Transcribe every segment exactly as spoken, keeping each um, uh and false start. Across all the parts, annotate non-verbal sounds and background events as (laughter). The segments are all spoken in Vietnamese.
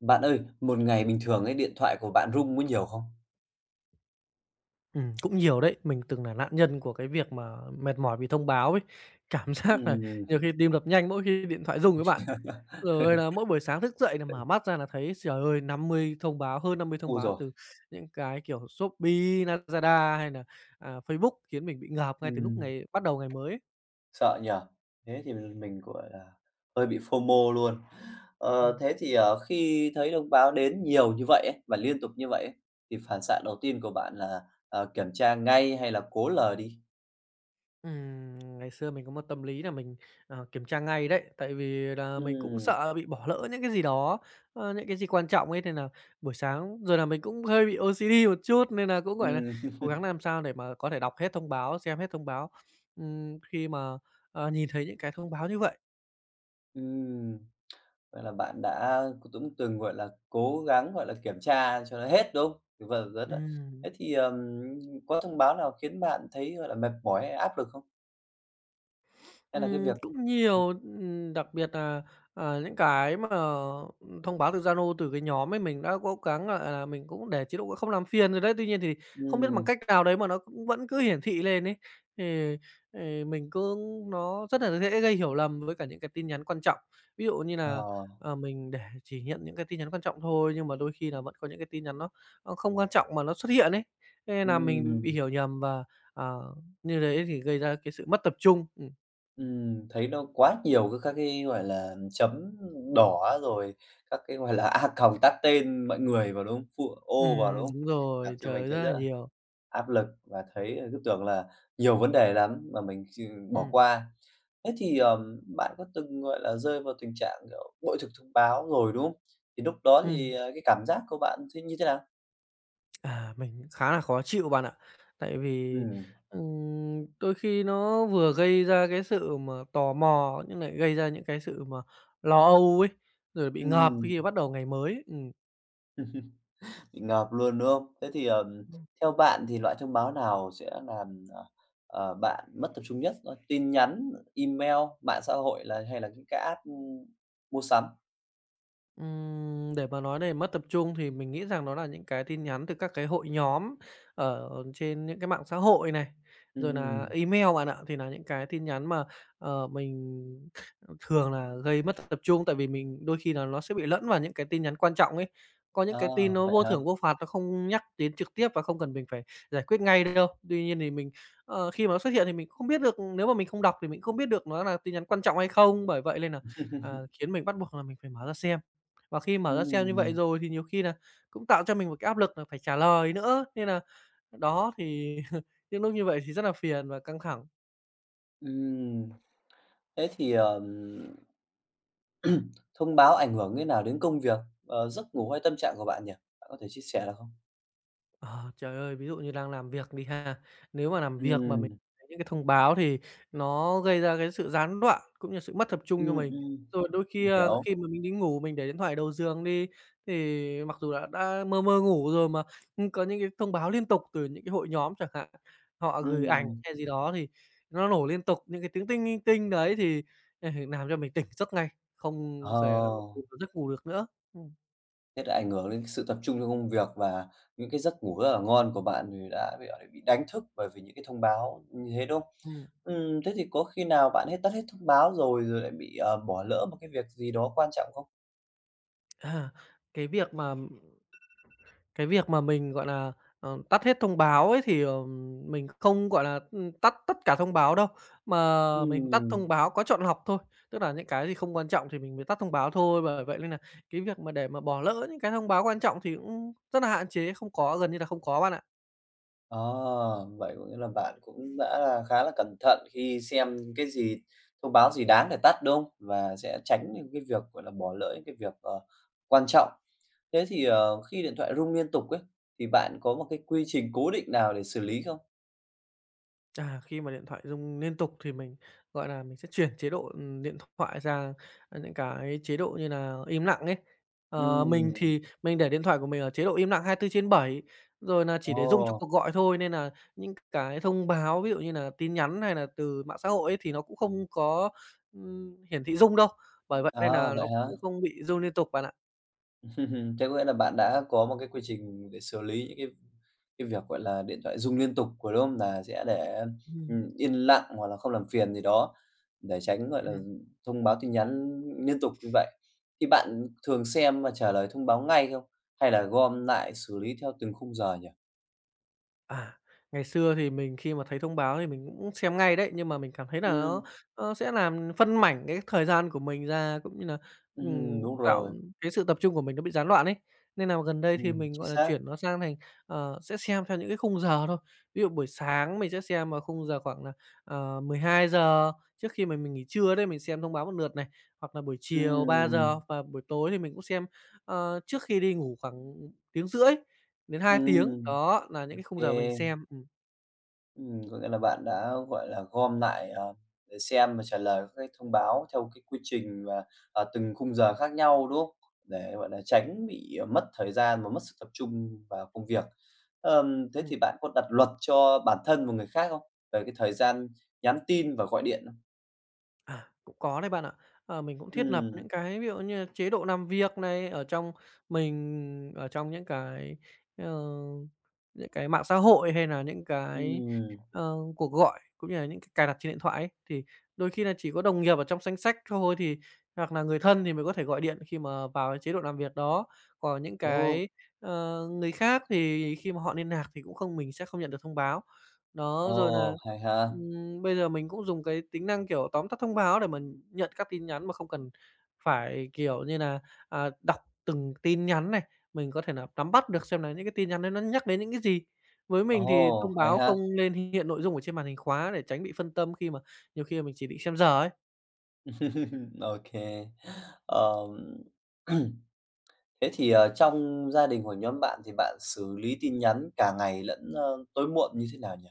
Bạn ơi, một ngày bình thường ấy, điện thoại của bạn rung có nhiều không? Ừm, cũng nhiều đấy. Mình từng là nạn nhân của cái việc mà mệt mỏi vì thông báo ấy. Cảm (laughs) giác là Ừm. nhiều khi tim đập nhanh mỗi khi điện thoại rung với bạn. Rồi là (laughs) mỗi buổi sáng thức dậy là mở mắt ra là thấy, trời ơi, năm mươi thông báo, hơn năm mươi thông Ui báo giời! từ những cái kiểu Shopee, Lazada hay là à, Facebook khiến mình bị ngợp ngay từ lúc ngày bắt đầu ngày mới ấy. Sợ nhờ. Thế thì mình mình, gọi là, hơi bị FOMO luôn. Ừm. Ờ, thế thì, ờ, khi thấy thông báo đến nhiều như vậy ấy, và liên tục như vậy ấy, thì phản xạ đầu tiên của bạn là, ờ, kiểm tra ngay hay là cố lờ đi? Ừm, ngày xưa mình có một tâm lý là mình, ờ, kiểm tra ngay đấy, tại vì là mình cũng Ừm, sợ bị bỏ lỡ những cái gì đó, ơ, những cái gì quan trọng ấy, nên là buổi sáng rồi là mình cũng hơi bị ô xê đê một chút, nên là cũng, gọi là, ừm, (laughs) cố gắng làm sao để mà có thể đọc hết thông báo, xem hết thông báo, ừm, khi mà, ờ, nhìn thấy những cái thông báo như vậy. ừm. Vậy là bạn đã cũng từng, gọi là, cố gắng, gọi là, kiểm tra cho nó hết, đúng không? Thì vâng, rất là Ừm. thế thì, ờm, có thông báo nào khiến bạn thấy, gọi là, mệt mỏi hay áp lực không? Hay là cái Ừm, việc cũng ừm, nhiều, ừm, đặc biệt là à, những cái mà, thông báo từ Zalo, từ cái nhóm ấy, mình đã cố gắng, gọi là, à, mình cũng để chế độ không làm phiền rồi đấy. Tuy nhiên thì không biết bằng ừm, cách nào đấy mà nó cũng vẫn cứ hiển thị lên ấy, thì thì mình cứ nó rất là dễ gây hiểu lầm với cả những cái tin nhắn quan trọng. Ví dụ như là, ờ, ờ, mình để chỉ nhận những cái tin nhắn quan trọng thôi, nhưng mà đôi khi là vẫn có những cái tin nhắn nó nó không quan trọng mà nó xuất hiện ấy, thế nên là mình bị ừm, hiểu nhầm và, ờ, như đấy thì gây ra cái sự mất tập trung. Ừm. ừm, thấy nó quá nhiều các các cái, gọi là, chấm đỏ rồi các cái, gọi là, (laughs) a còng tát tên mọi người vào, đúng không? Phụ ô vào, đúng Ừm, không? đúng Làm rồi, cho trời mình ơi, rất thấy rất là là nhiều. áp lực và thấy, ờ, cứ tưởng là nhiều vấn đề lắm mà mình ch bỏ Ừm, qua. Thế thì, ờm, bạn có từng, gọi là, rơi vào tình trạng, kiểu, bội thực thông báo rồi, đúng không? Thì lúc đó thì, ừm. ờ, cái cảm giác của bạn thế như thế nào? À, mình khá là khó chịu bạn ạ. Tại vì, Ừm, ừm, đôi khi nó vừa gây ra cái sự mà tò mò, nhưng lại gây ra những cái sự mà lo âu ấy, rồi bị ngợp ừm, khi bắt đầu ngày mới. Ừm. bị ngợp luôn, đúng không? Thế thì, ờm, theo bạn thì loại thông báo nào sẽ làm, ờ, ờ, bạn mất tập trung nhất? Ơ, tin nhắn, email, mạng xã hội là hay là những cái app, ưm, mua sắm? Ừm, để mà nói để mất tập trung thì mình nghĩ rằng đó là những cái tin nhắn từ các cái hội nhóm ở trên những cái mạng xã hội này, rồi là Ừm, email bạn ạ. Thì là những cái tin nhắn mà, ờ, mình (laughs) thường là gây mất tập trung, tại vì mình đôi khi là nó sẽ bị lẫn vào những cái tin nhắn quan trọng ấy. Có những à, cái tin nó vậy vô hả? thưởng vô phạt, nó không nhắc đến trực tiếp và không cần mình phải giải quyết ngay đâu. Tuy nhiên thì mình, ờ, khi mà nó xuất hiện thì mình không biết được, nếu mà mình không đọc thì mình không biết được nó là tin nhắn quan trọng hay không. Bởi vậy nên là à, (laughs) khiến mình bắt buộc là mình phải mở ra xem. Và khi mở ra xem như vậy Ừm. rồi thì nhiều khi là cũng tạo cho mình một cái áp lực là phải trả lời nữa, nên là đó thì (laughs) những lúc như vậy thì rất là phiền và căng thẳng. Ừm. Thế thì, ờm, (clears throat) thông báo ảnh hưởng như nào đến công việc, ờ, giấc ngủ hay tâm trạng của bạn nhỉ? Bạn có thể chia sẻ được không? Ờ, trời ơi, ví dụ như đang làm việc đi ha, nếu mà làm việc mà mình Ừm, thấy những cái thông báo thì nó gây ra cái sự gián đoạn cũng như sự mất tập trung cho ừm, mình. ừm, Rồi đôi khi, mình a, hiểu. khi mà mình đi ngủ mình để điện thoại đầu giường đi, thì mặc dù đã đã mơ mơ ngủ rồi mà, ưm, có những cái thông báo liên tục từ những cái hội nhóm chẳng hạn, họ gửi ảnh Ừm, hay gì đó thì nó nổ liên tục những cái tiếng "tinh, tinh, tinh" đấy thì, ờ, làm cho mình tỉnh giấc ngay, không ờ, thể là giấc ngủ được nữa. Ừm. thế đã ảnh hưởng đến sự tập trung trong công việc và những cái giấc ngủ rất là ngon của bạn thì đã bị, bị đánh thức bởi vì những cái thông báo như thế, đúng không? Ừm, Ừm, thế thì có khi nào bạn hết tắt hết thông báo rồi rồi lại bị, ờ, bỏ lỡ một cái việc gì đó quan trọng không? à, cái việc mà Cái việc mà mình, gọi là, ờ, tắt hết thông báo ấy thì, ờ, mình không, gọi là, ừm, tắt tất cả thông báo đâu, mà mình tắt Ừm. thông báo có chọn lọc thôi. Tức là những cái gì không quan trọng thì mình mới tắt thông báo thôi, bởi vậy nên nà cái việc mà để mà bỏ lỡ những cái thông báo quan trọng thì cũng rất là hạn chế, không có, gần như là không có bạn ạ. Ờ, vậy có nghĩa là bạn cũng đã là khá là cẩn thận khi xem cái gì thông báo gì đáng để tắt, đúng không? Và sẽ tránh những cái việc, gọi là, bỏ lỡ những cái việc, ờ, quan trọng. Thế thì, ờ, khi điện thoại rung liên tục ấy, thì bạn có một cái quy trình cố định nào để xử lý không? À, khi mà điện thoại rung liên tục thì mình, gọi là, mình sẽ chuyển chế độ, ừm, điện thoại sang những cái chế độ như là im lặng ấy. Ờ, mình Ừm, thì mình để điện thoại của mình ở chế độ im lặng hai mươi tư trên bảy rồi là chỉ để rung cho ồ, cuộc gọi thôi, nên là những cái thông báo, ví dụ như là tin nhắn hay là từ mạng xã hội ấy, thì nó cũng không có, ừm, hiển thị rung đâu. Bởi vậy nên à, là nó vậy hả? cũng không bị rung liên tục bạn ạ. (laughs) Thế có nghĩa là bạn đã có một cái quy trình để xử lý những cái cái việc, gọi là, điện thoại rung liên tục của đúng không? Nà sẽ để, Ừm. ừm, yên lặng hoặc là không làm phiền gì đó, để tránh, gọi là, Ừm. thông báo tin nhắn liên tục như vậy. Thì bạn thường xem và trả lời thông báo ngay không? Hay là gom lại xử lý theo từng khung giờ nhỉ? À, ngày xưa thì mình khi mà thấy thông báo thì mình cũng xem ngay đấy, nhưng mà mình cảm thấy là Ừm, nó nó sẽ làm phân mảnh cái thời gian của mình ra, cũng như là, ừm, ừm, đúng rồi, tạo cái sự tập trung của mình nó bị gián đoạn ấy. Nên là gần đây thì ừm, mình, chính gọi là, xác. chuyển nó sang thành, ờ, sẽ xem theo những cái khung giờ thôi. Ví dụ buổi sáng mình sẽ xem vào khung giờ khoảng là, ờ, mười hai giờ trước khi mà mình nghỉ trưa đấy, mình xem thông báo một lượt này, hoặc là buổi chiều ba giờ Ừm, và buổi tối thì mình cũng xem, ờ, trước khi đi ngủ khoảng tiếng rưỡi. Đến hai tiếng, ừm, đó là ô. những cái khung giờ mình xem. Ừm, Ừm, có nghĩa là bạn đã, gọi là, gom lại, ờ, để xem và trả lời các cái thông báo theo cái quy trình và, ờ, từng khung giờ khác nhau, đúng không? Để, gọi là, tránh bị ờ, mất thời gian và mất sự tập trung vào công việc. Ờm, thế ừm, thì bạn có đặt luật cho bản thân và người khác không? Về cái thời gian nhắn tin và gọi điện không? à, cũng có đấy bạn ạ. Ờ, mình cũng thiết lập Ừm, những cái ví dụ như là chế độ làm việc này ở trong mình ở trong những cái, ờ, những cái mạng xã hội hay là những cái, ừm. ờ, cuộc gọi cũng như là những cái cài đặt trên điện thoại ấy, thì đôi khi là chỉ có đồng nghiệp ở trong danh sách thôi thì hoặc là người thân thì mới có thể gọi điện khi mà vào cái chế độ làm việc đó. Còn những Ồ. cái, ờ, người khác thì khi mà họ liên lạc thì cũng không mình sẽ không nhận được thông báo. Đó, rồi là Ồ, hay ha! Ừm, bây giờ mình cũng dùng cái tính năng, kiểu, tóm tắt thông báo để mình nhận các tin nhắn mà không cần phải, kiểu như là à, đọc từng tin nhắn này, mình có thể là nắm bắt được xem là những cái tin nhắn đấy nó nhắc đến những cái gì. Với mình thì Ồ, thông hay báo ha! không nên hiện nội dung ở trên màn hình khóa để tránh bị phân tâm khi mà nhiều khi mình chỉ định xem giờ ấy. (laughs) OK. Ờm, (clears throat) thế thì, ờ, trong gia đình của nhóm bạn thì bạn xử lý tin nhắn cả ngày lẫn, ơ, tối muộn như thế nào nhỉ?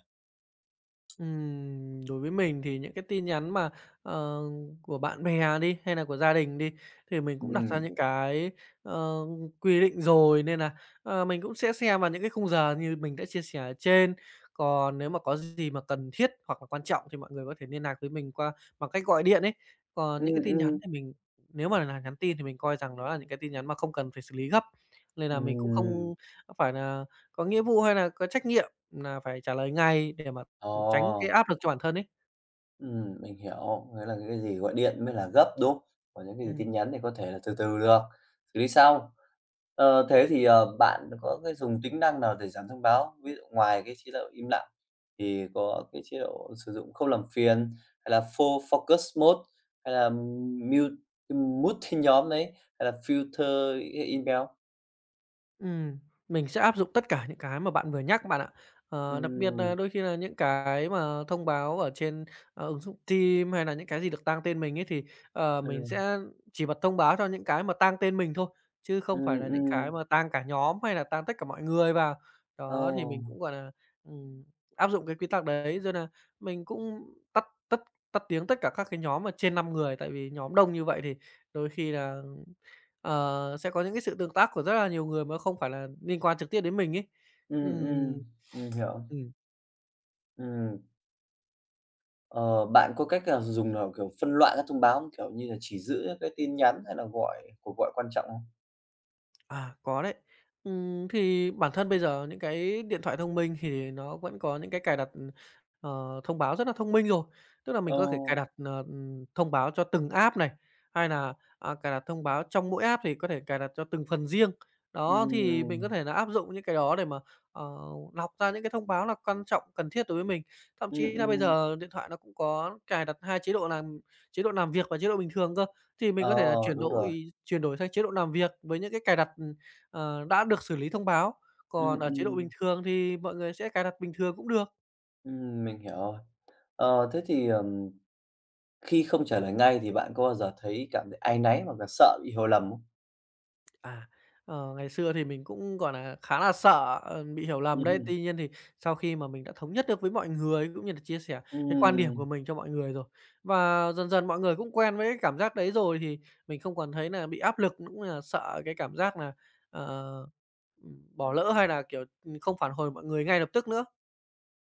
Ừm, đối với mình thì những cái tin nhắn mà, ờ, của bạn bè đi, hay là của gia đình đi, thì mình cũng đặt ra Ừ, những cái, ờ, quy định rồi nên là ờ, mình cũng sẽ xem vào những cái khung giờ như mình đã chia sẻ ở trên. Còn nếu mà có gì mà cần thiết hoặc là quan trọng thì mọi người có thể liên lạc với mình qua bằng cách gọi điện ấy. Còn ừ, những cái tin ừ, nhắn thì mình nếu mà là nhắn tin thì mình coi rằng đó là những cái tin nhắn mà không cần phải xử lý gấp, nên ừ. là mình cũng không phải là có nghĩa vụ hay là có trách nhiệm là phải trả lời ngay để mà tránh cái Ồ. áp lực cho bản thân ấy. Ừm, mình hiểu, nghĩa là cái gì gọi điện mới là gấp, đúng không? Còn những cái gì Ừm. tin nhắn thì có thể là từ từ được, xử lý sau. Ờ, thế thì, ờ, bạn có cái dùng tính năng nào để giảm thông báo? Ví dụ ngoài cái chế độ im lặng thì có cái chế độ sử dụng không làm phiền, hay là full focus mode, hay là mute mute tin nhóm đấy, hay là filter e email? Ừm, mình sẽ áp dụng tất cả những cái mà bạn vừa nhắc bạn ạ. Ờ, đặc biệt Ừm, nà đôi khi là những cái mà thông báo ở trên, ờ, ứng dụng Teams hay là những cái gì được tang tên mình ấy, thì, ờ, ừ, mình sẽ chỉ bật thông báo cho những cái mà tang tên mình thôi, chứ không phải ừm, là những cái ừm, mà tang cả nhóm hay là tang tất cả mọi người vào. ờ, Đó, thì mình cũng, gọi là, ừm, áp dụng cái quy tắc đấy, rồi là mình cũng tắt tắt tắt tiếng tất cả các cái nhóm mà trên năm người, tại vì nhóm đông như vậy thì đôi khi là ờ, sẽ có những cái sự tương tác của rất là nhiều người mà không phải là liên quan trực tiếp đến mình ấy. ừm, Ừm. ừm, mình hiểu, Ừm. ừm. Ờ, bạn có cách nào dùng nào, kiểu, phân loại các thông báo không? Kiểu như là, chỉ giữ những cái tin nhắn hay là gọi cuộc gọi quan trọng không? À, có đấy. Ừm, thì bản thân bây giờ những cái điện thoại thông minh thì nó vẫn có những cái cài đặt, ờ, thông báo rất là thông minh rồi. Tức là Ờ, mình có thể cài đặt, ờ, thông báo cho từng app này, hay là, à, cài đặt thông báo trong mỗi app thì có thể cài đặt cho từng phần riêng. Đó, thì ừm, mình có thể là áp dụng những cái đó để mà, ờ, lọc ra những cái thông báo là quan trọng, cần thiết đối với mình. Thậm ừm, chí là bây ừm, giờ điện thoại nó cũng có cài đặt hai chế độ làm chế độ làm việc và chế độ bình thường cơ. Thì mình ờ, có thể là chuyển đúng rồi, đổi chuyển đổi sang chế độ làm việc với những cái cài đặt, ừm, ờ, đã được xử lý thông báo, ừm, còn ở chế độ bình ừm, thường thì mọi người sẽ cài đặt bình thường cũng được. ừm, mình hiểu rồi. Ờ, thế thì, ờm, khi không trả lời ngay thì bạn có bao giờ thấy cảm thấy áy náy hoặc là sợ bị hiểu lầm không? À, ờ, ngày xưa thì mình cũng, gọi là, khá là sợ, ờ, bị hiểu lầm đấy, tuy (laughs) nhiên thì sau khi mà mình đã thống nhất được với mọi người, cũng như là chia sẻ cái quan điểm Ừm. của mình cho mọi người rồi, và dần dần mọi người cũng quen với cái cảm giác đấy rồi thì mình không còn thấy nà bị áp lực, cũng là sợ cái cảm giác nà, ờ, ừm, bỏ lỡ hay là, kiểu, ừm, không phản hồi mọi người ngay lập tức nữa.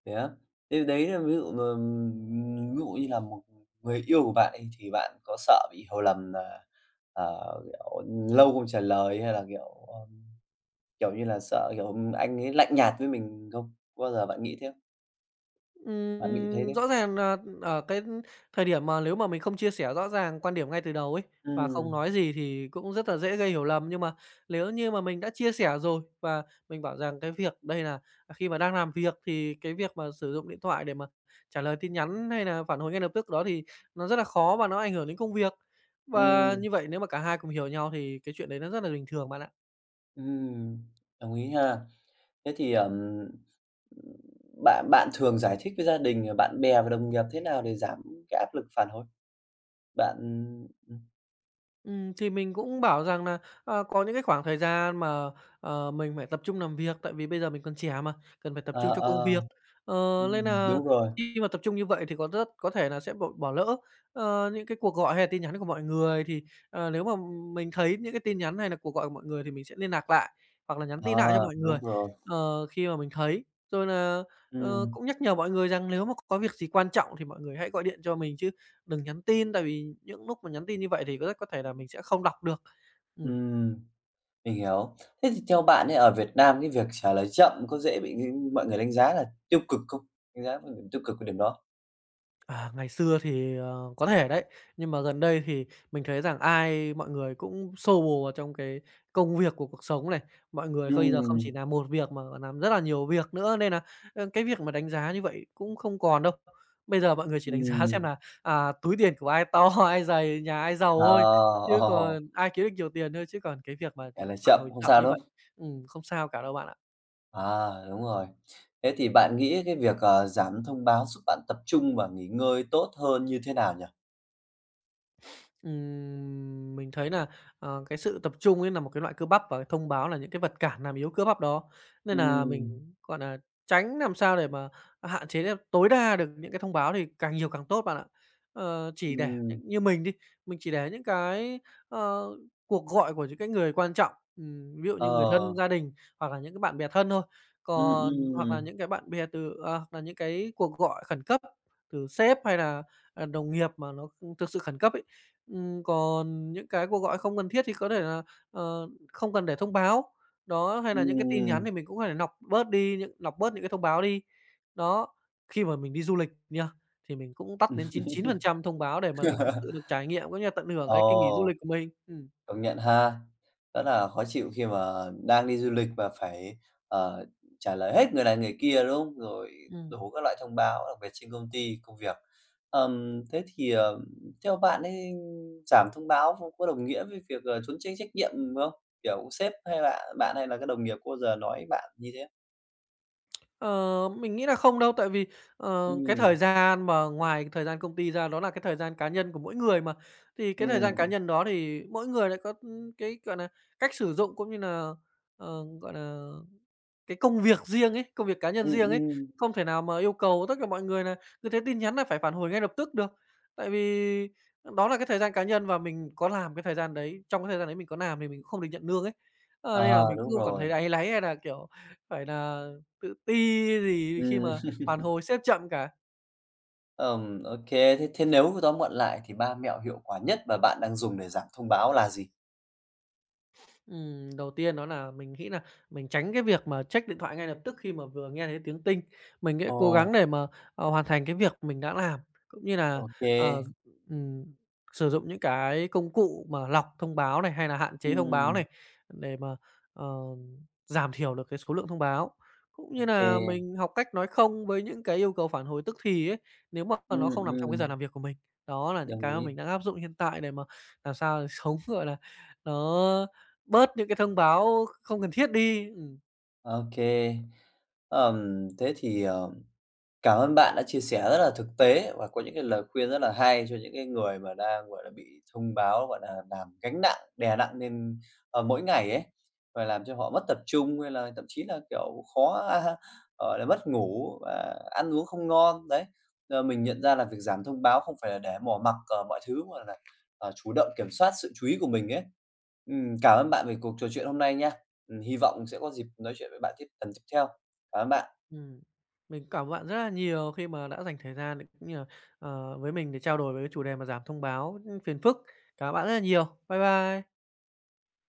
Thế á? Thế đấy là ví dụ, ờ, ví dụ như là một người yêu của bạn đi thì bạn có sợ bị hiểu lầm là, ờ, kiểu, lâu không trả lời hay là, kiểu, ờ, kiểu như là, sợ, kiểu, anh ấy lạnh nhạt với mình không? Có bao giờ bạn nghĩ thế không? Bạn bị thế Ừm, thế rõ ràng nà ở cái thời điểm mà nếu mà mình không chia sẻ rõ ràng quan điểm ngay từ đầu ấy, và không Ừm, nói gì thì cũng rất là dễ gây hiểu lầm. Nhưng mà nếu như mà mình đã chia sẻ rồi và mình bảo rằng cái việc đây là khi mà đang làm việc thì cái việc mà sử dụng điện thoại để mà trả lời tin nhắn hay là phản hồi ngay lập tức đó thì nó rất là khó và nó ảnh hưởng đến công việc. Và ừm, như vậy nếu mà cả hai cùng hiểu nhau thì cái chuyện đấy nó rất là bình thường bạn ạ. ừm, đồng ý ha. Thế thì, ờm, bạn bạn thường giải thích với gia đình, rồi bạn bè và đồng nghiệp thế nào để giảm cái áp lực phản hồi? Bạn Ừm, thì mình cũng bảo rằng là, ờ, có những cái khoảng thời gian mà, ờ, mình phải tập trung làm việc, tại vì bây giờ mình còn trẻ mà, cần phải tập ờ, trung cho công ờ, việc. Ờ, nên ừm, là đúng rồi. khi mà tập trung như vậy thì có rất có thể là sẽ bỏ bỏ lỡ, ờ, những cái cuộc gọi hay là tin nhắn của mọi người. Thì, ờ, nếu mà mình thấy những cái tin nhắn hay là cuộc gọi của mọi người thì mình sẽ liên lạc lại, hoặc là nhắn tin lại cho Ờ, mọi đúng người, rồi. ờ, khi mà mình thấy. Rồi là ờ, Ừm, cũng nhắc nhở mọi người rằng nếu mà có việc gì quan trọng thì mọi người hãy gọi điện cho mình chứ đừng nhắn tin, tại vì những lúc mà nhắn tin như vậy thì có rất có thể là mình sẽ không đọc được. Ừm, ừm, mình hiểu. Thế thì theo bạn ấy, ở Việt Nam cái việc trả lời chậm có dễ bị ng mọi người đánh giá là tiêu cực không? Đánh giá một điểm tiêu cực của điểm đó. à, ngày xưa thì, ờ, có thể đấy, nhưng mà gần đây thì mình thấy rằng ai mọi người cũng xô bồ vào trong cái công việc của cuộc sống này. Mọi người bây giờ không chỉ Ừm, làm một việc mà còn làm rất là nhiều việc nữa, nên là, ơ, cái việc mà đánh giá như vậy cũng không còn đâu. Bây giờ mọi người chỉ đánh (laughs) giá xem ừm, là, à, túi tiền của ai to, (laughs) ai dày, nhà ai giàu ờ, thôi, ồ, chứ còn ai kiếm được nhiều tiền thôi, chứ còn cái việc mà trả lời phản chậm hồi không chậm sao, như đúng vậy, không? ừm, không sao cả đâu bạn ạ. À, đúng rồi. Thế thì bạn nghĩ cái việc, ờ, giảm thông báo giúp bạn tập trung và nghỉ ngơi tốt hơn như thế nào nhỉ? Ừm, mình thấy là ờ, cái sự tập trung ấy là một cái loại cơ bắp và thông báo là những cái vật cản làm yếu cơ bắp đó, nên là mình, Ừm, gọi là tránh làm sao để mà hạn chế được tối đa được những cái thông báo thì càng nhiều càng tốt bạn ạ. Ờ, chỉ để ừm, như mình đi, mình chỉ để những cái, ờ, cuộc gọi của những cái người quan trọng, ừm, ví dụ ờ, như người thân, gia đình hoặc là những cái bạn bè thân thôi, ừm, còn hoặc là ừm, những cái bạn bè từ à, hoặc là những cái cuộc gọi khẩn cấp từ sếp hay là, à, đồng nghiệp mà nó thực sự khẩn cấp ấy. Ừm, còn những cái cuộc gọi không cần thiết thì có thể là, ờ, không cần để thông báo, đó, hay là những cái tin nhắn ừm. thì mình cũng phải lọc bớt đi, những lọc bớt những cái thông báo đi. Đó, khi mà mình đi du lịch nha, thì mình cũng tắt đến chín mươi chín phần trăm thông báo để mà mình thực sự được (laughs) trải nghiệm cũng như là tận hưởng cái kỳ nghỉ du Ồ. lịch của mình. Ừm. Công nhận ha. Rất là khó chịu khi mà đang đi du lịch và phải, ờ, trả lời hết người này người kia, đúng không? Rồi Ừm. đủ các loại thông báo đặc biệt trên công ty, công việc. Ờm, thế thì, ờ, theo bạn ấy giảm thông báo không có đồng nghĩa với việc, ờ, trốn tránh trách nhiệm không? Kiểu, sếp hay là bạn hay là các đồng nghiệp có bao giờ nói bạn như thế? Ờ, mình nghĩ là không đâu, tại vì, ờ, cái thời Ừm, gian mà ngoài thời gian công ty ra đó là cái thời gian cá nhân của mỗi người mà. Thì cái thời gian cá ừm, nhân đó thì mỗi người lại có, ừ, cái, gọi là cách sử dụng cũng như là ờ, gọi là cái công việc riêng ấy, công việc cá nhân ừm, riêng ấy, ừm. không thể nào mà yêu cầu tất cả mọi người là cứ thế tin nhắn nà phải phản hồi ngay lập tức được. Tại vì đó là cái thời gian cá nhân và mình có làm cái thời gian đấy, trong cái thời gian đấy mình có làm thì mình cũng không được nhận lương ấy. Ờ, nên Ờ, là mình cũng đúng không cảm rồi. thấy áy náy hay là, kiểu, phải là tự ti gì khi Ừm. mà phản (laughs) hồi sếp chậm cả. Ừm, ô. Thế thế nếu tóm gọn lại thì ba mẹo hiệu quả nhất mà bạn đang dùng để giảm thông báo là gì? Ừm, đầu tiên đó là mình nghĩ là mình tránh cái việc mà check điện thoại ngay lập tức khi mà vừa nghe thấy tiếng tinh. Mình sẽ cố Ồ, gắng để mà, ờ, hoàn thành cái việc mình đã làm, cũng như ô là kê. ờ, ừm, sử dụng những cái công cụ mà lọc thông báo này, hay là hạn chế thông báo Ừm, này, để mà, ờ, giảm thiểu được cái số lượng thông báo. Cũng ô như kê. là mình học cách nói không với những cái yêu cầu phản hồi tức thì ấy, nếu mà Ừm, nó không nằm trong cái giờ ừm, làm việc của mình. Đó là những đồng cái mà ý. mình đang áp dụng hiện tại để mà làm sao để (laughs) sống, gọi là, nó bớt những cái thông báo không cần thiết đi. Ừm, Ô kê. Ờm, thế thì, ờ, cảm ơn bạn đã chia sẻ rất là thực tế và có những cái lời khuyên rất là hay cho những cái người mà đang, gọi là, bị thông báo, gọi là, làm gánh nặng, đè nặng lên, ờ, mỗi ngày ấy, và làm cho họ mất tập trung hay là thậm chí là, kiểu, khó, (laughs) gọi là, mất ngủ và ăn uống không ngon. Đấy, giờ mình nhận ra là việc giảm thông báo không phải là để bỏ mặc, ờ, mọi thứ mà là, ờ, chủ động kiểm soát sự chú ý của mình ấy. Ừm, cảm ơn bạn về cuộc trò chuyện hôm nay nha. Ừm, hy vọng sẽ có dịp nói chuyện với bạn tiếp lần tiếp theo. Cảm ơn bạn. ừm. Mình cảm ơn bạn rất là nhiều khi mà đã dành thời gian để cũng như là, ờ, với mình để trao đổi về cái chủ đề mà giảm thông báo, phiền phức. Cảm ơn bạn rất là nhiều. Bye bye.